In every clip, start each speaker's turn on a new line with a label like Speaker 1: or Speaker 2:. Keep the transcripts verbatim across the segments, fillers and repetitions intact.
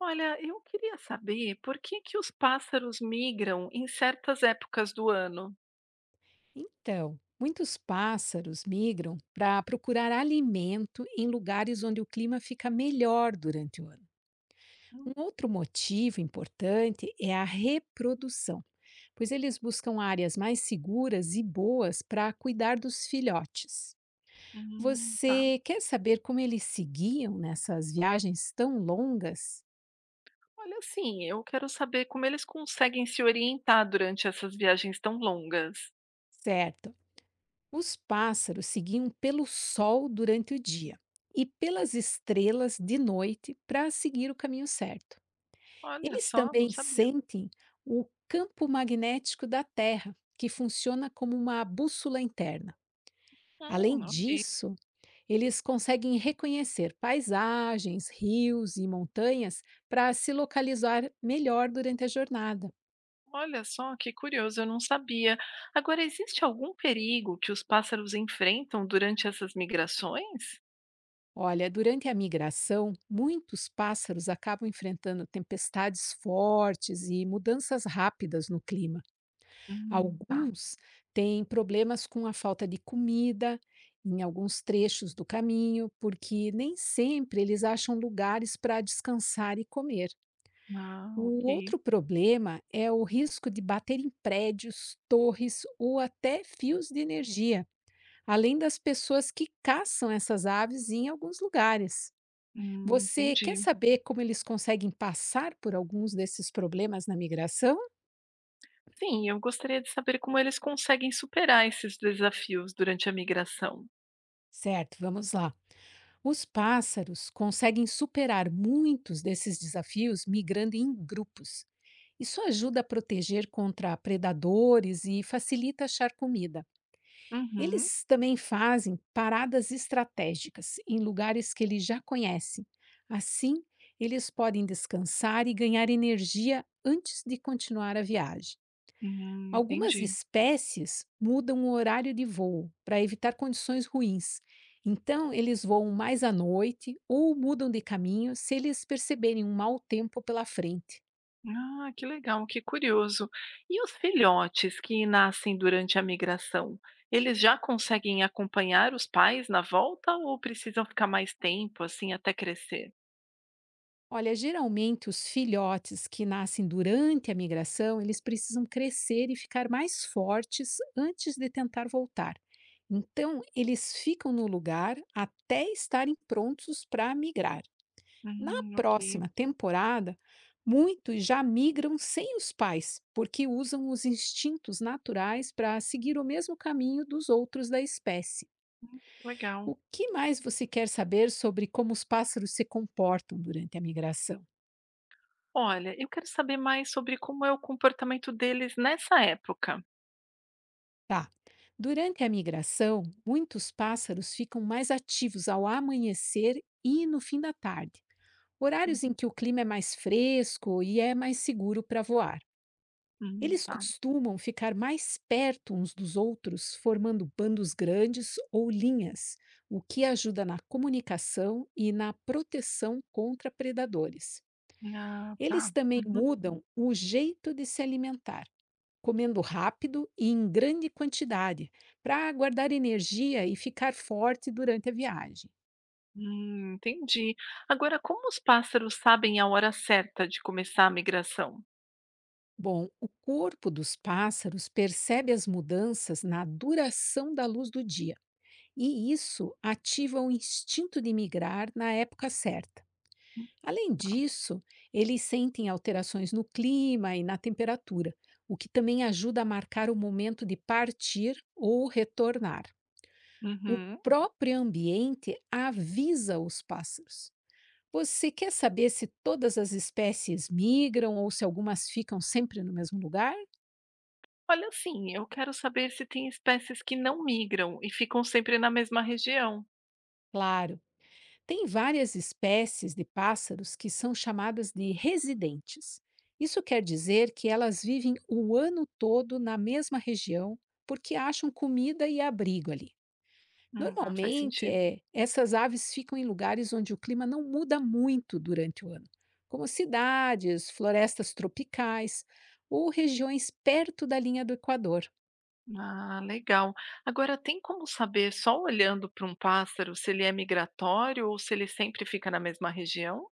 Speaker 1: Olha, eu queria saber por que que os pássaros migram em certas épocas do ano.
Speaker 2: Então, muitos pássaros migram para procurar alimento em lugares onde o clima fica melhor durante o ano.
Speaker 1: Hum,
Speaker 2: Um outro motivo importante é a reprodução, pois eles buscam áreas mais seguras e boas para cuidar dos filhotes.
Speaker 1: hum, tá.
Speaker 2: Você quer saber como eles se guiam nessas viagens tão longas?
Speaker 1: Olha, assim, eu quero saber como eles conseguem se orientar durante essas viagens tão longas.
Speaker 2: Certo. Os pássaros seguiam pelo sol durante o dia e pelas estrelas de noite para seguir o caminho certo.
Speaker 1: Olha
Speaker 2: Eles
Speaker 1: só, não
Speaker 2: também
Speaker 1: sabia.
Speaker 2: sentem o campo magnético da Terra, que funciona como uma bússola interna. Além
Speaker 1: Hum, ok.
Speaker 2: disso, eles conseguem reconhecer paisagens, rios e montanhas para se localizar melhor durante a jornada.
Speaker 1: Olha só, que curioso, eu não sabia. Agora, existe algum perigo que os pássaros enfrentam durante essas migrações?
Speaker 2: Olha, durante a migração, muitos pássaros acabam enfrentando tempestades fortes e mudanças rápidas no clima.
Speaker 1: Hum, tá.
Speaker 2: Alguns têm problemas com a falta de comida em alguns trechos do caminho, porque nem sempre eles acham lugares para descansar e comer.
Speaker 1: Ah, ok.
Speaker 2: O outro problema é o risco de bater em prédios, torres ou até fios de energia, além das pessoas que caçam essas aves em alguns lugares.
Speaker 1: Hum,
Speaker 2: Você quer
Speaker 1: entendi.
Speaker 2: saber como eles conseguem passar por alguns desses problemas na migração?
Speaker 1: Sim, eu gostaria de saber como eles conseguem superar esses desafios durante a migração.
Speaker 2: Certo, vamos lá. Os pássaros conseguem superar muitos desses desafios migrando em grupos. Isso ajuda a proteger contra predadores e facilita achar comida.
Speaker 1: Uhum.
Speaker 2: Eles também fazem paradas estratégicas em lugares que eles já conhecem. Assim, eles podem descansar e ganhar energia antes de continuar a viagem.
Speaker 1: Hum,
Speaker 2: Algumas
Speaker 1: entendi.
Speaker 2: espécies mudam o horário de voo para evitar condições ruins. Então, eles voam mais à noite ou mudam de caminho se eles perceberem um mau tempo pela frente.
Speaker 1: Ah, que legal, que curioso. E os filhotes que nascem durante a migração, eles já conseguem acompanhar os pais na volta ou precisam ficar mais tempo, assim, até crescer?
Speaker 2: Olha, geralmente os filhotes que nascem durante a migração, eles precisam crescer e ficar mais fortes antes de tentar voltar. Então, eles ficam no lugar até estarem prontos para migrar. Na
Speaker 1: Hum, ok,
Speaker 2: próxima temporada, muitos já migram sem os pais, porque usam os instintos naturais para seguir o mesmo caminho dos outros da espécie.
Speaker 1: legal.
Speaker 2: O que mais você quer saber sobre como os pássaros se comportam durante a migração?
Speaker 1: Olha, eu quero saber mais sobre como é o comportamento deles nessa época.
Speaker 2: Tá. Durante a migração, muitos pássaros ficam mais ativos ao amanhecer e no fim da tarde, horários em
Speaker 1: Uhum,
Speaker 2: que o clima é mais fresco e é mais seguro para voar.
Speaker 1: hum,
Speaker 2: Eles
Speaker 1: tá.
Speaker 2: costumam ficar mais perto uns dos outros, formando bandos grandes ou linhas, o que ajuda na comunicação e na proteção contra predadores.
Speaker 1: Ah, tá.
Speaker 2: Eles também
Speaker 1: Uhum.
Speaker 2: mudam o jeito de se alimentar, comendo rápido e em grande quantidade, para guardar energia e ficar forte durante a viagem.
Speaker 1: Hum, entendi. Agora, como os pássaros sabem a hora certa de começar a migração?
Speaker 2: Bom, o corpo dos pássaros percebe as mudanças na duração da luz do dia e isso ativa o instinto de migrar na época certa. Além
Speaker 1: Tá.
Speaker 2: disso, eles sentem alterações no clima e na temperatura, o que também ajuda a marcar o momento de partir ou retornar. O
Speaker 1: Uhum.
Speaker 2: próprio ambiente avisa os pássaros. Você quer saber se todas as espécies migram ou se algumas ficam sempre no mesmo lugar?
Speaker 1: Olha, assim, eu quero saber se tem espécies que não migram e ficam sempre na mesma região.
Speaker 2: Claro! Tem várias espécies de pássaros que são chamadas de residentes. Isso quer dizer que elas vivem o ano todo na mesma região porque acham comida e abrigo ali.
Speaker 1: Hum, ah, faz
Speaker 2: Normalmente,
Speaker 1: sentido.
Speaker 2: é, essas aves ficam em lugares onde o clima não muda muito durante o ano, como cidades, florestas tropicais ou regiões perto da linha do Equador.
Speaker 1: Ah, legal. Agora, tem como saber só olhando para um pássaro se ele é migratório ou se ele sempre fica na mesma região?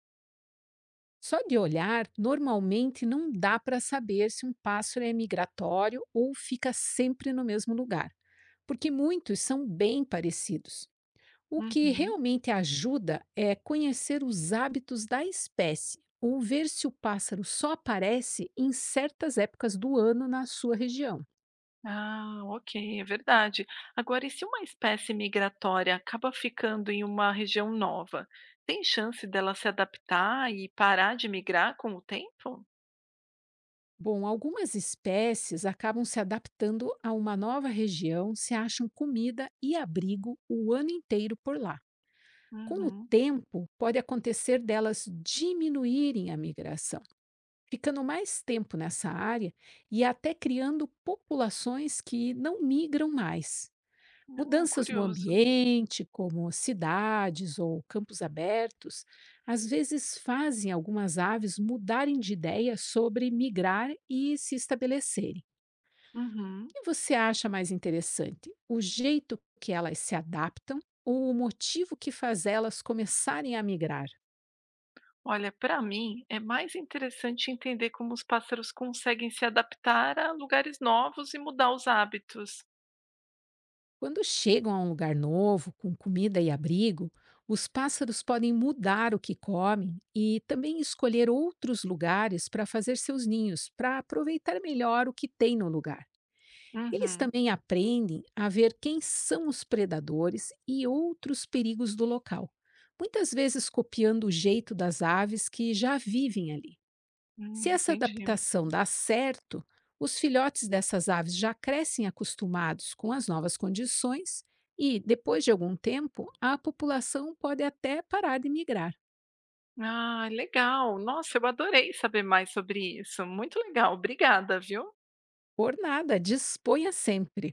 Speaker 2: Só de olhar, normalmente não dá para saber se um pássaro é migratório ou fica sempre no mesmo lugar, porque muitos são bem parecidos. O que
Speaker 1: Uhum.
Speaker 2: realmente ajuda é conhecer os hábitos da espécie ou ver se o pássaro só aparece em certas épocas do ano na sua região.
Speaker 1: Ah, ok, é verdade. Agora, e se uma espécie migratória acaba ficando em uma região nova, tem chance dela se adaptar e parar de migrar com o tempo?
Speaker 2: Bom, algumas espécies acabam se adaptando a uma nova região, se acham comida e abrigo o ano inteiro por lá. Com o
Speaker 1: Uhum.
Speaker 2: tempo, pode acontecer delas diminuírem a migração, ficando mais tempo nessa área e até criando populações que não migram mais.
Speaker 1: Ah,
Speaker 2: Mudanças no
Speaker 1: curioso.
Speaker 2: ambiente, como cidades ou campos abertos, às vezes fazem algumas aves mudarem de ideia sobre migrar e se estabelecerem. O
Speaker 1: Uhum.
Speaker 2: que você acha mais interessante? O jeito que elas se adaptam ou o motivo que faz elas começarem a migrar?
Speaker 1: Olha, para mim é mais interessante entender como os pássaros conseguem se adaptar a lugares novos e mudar os hábitos.
Speaker 2: Quando chegam a um lugar novo, com comida e abrigo, os pássaros podem mudar o que comem e também escolher outros lugares para fazer seus ninhos, para aproveitar melhor o que tem no lugar. Eles
Speaker 1: Uhum.
Speaker 2: também aprendem a ver quem são os predadores e outros perigos do local, muitas vezes copiando o jeito das aves que já vivem ali. Se
Speaker 1: Hum,
Speaker 2: essa
Speaker 1: entendi.
Speaker 2: adaptação dá certo, os filhotes dessas aves já crescem acostumados com as novas condições e, depois de algum tempo, a população pode até parar de migrar.
Speaker 1: Ah, legal. Nossa, eu adorei saber mais sobre isso. Muito legal. Obrigada, viu?
Speaker 2: Por nada, disponha sempre!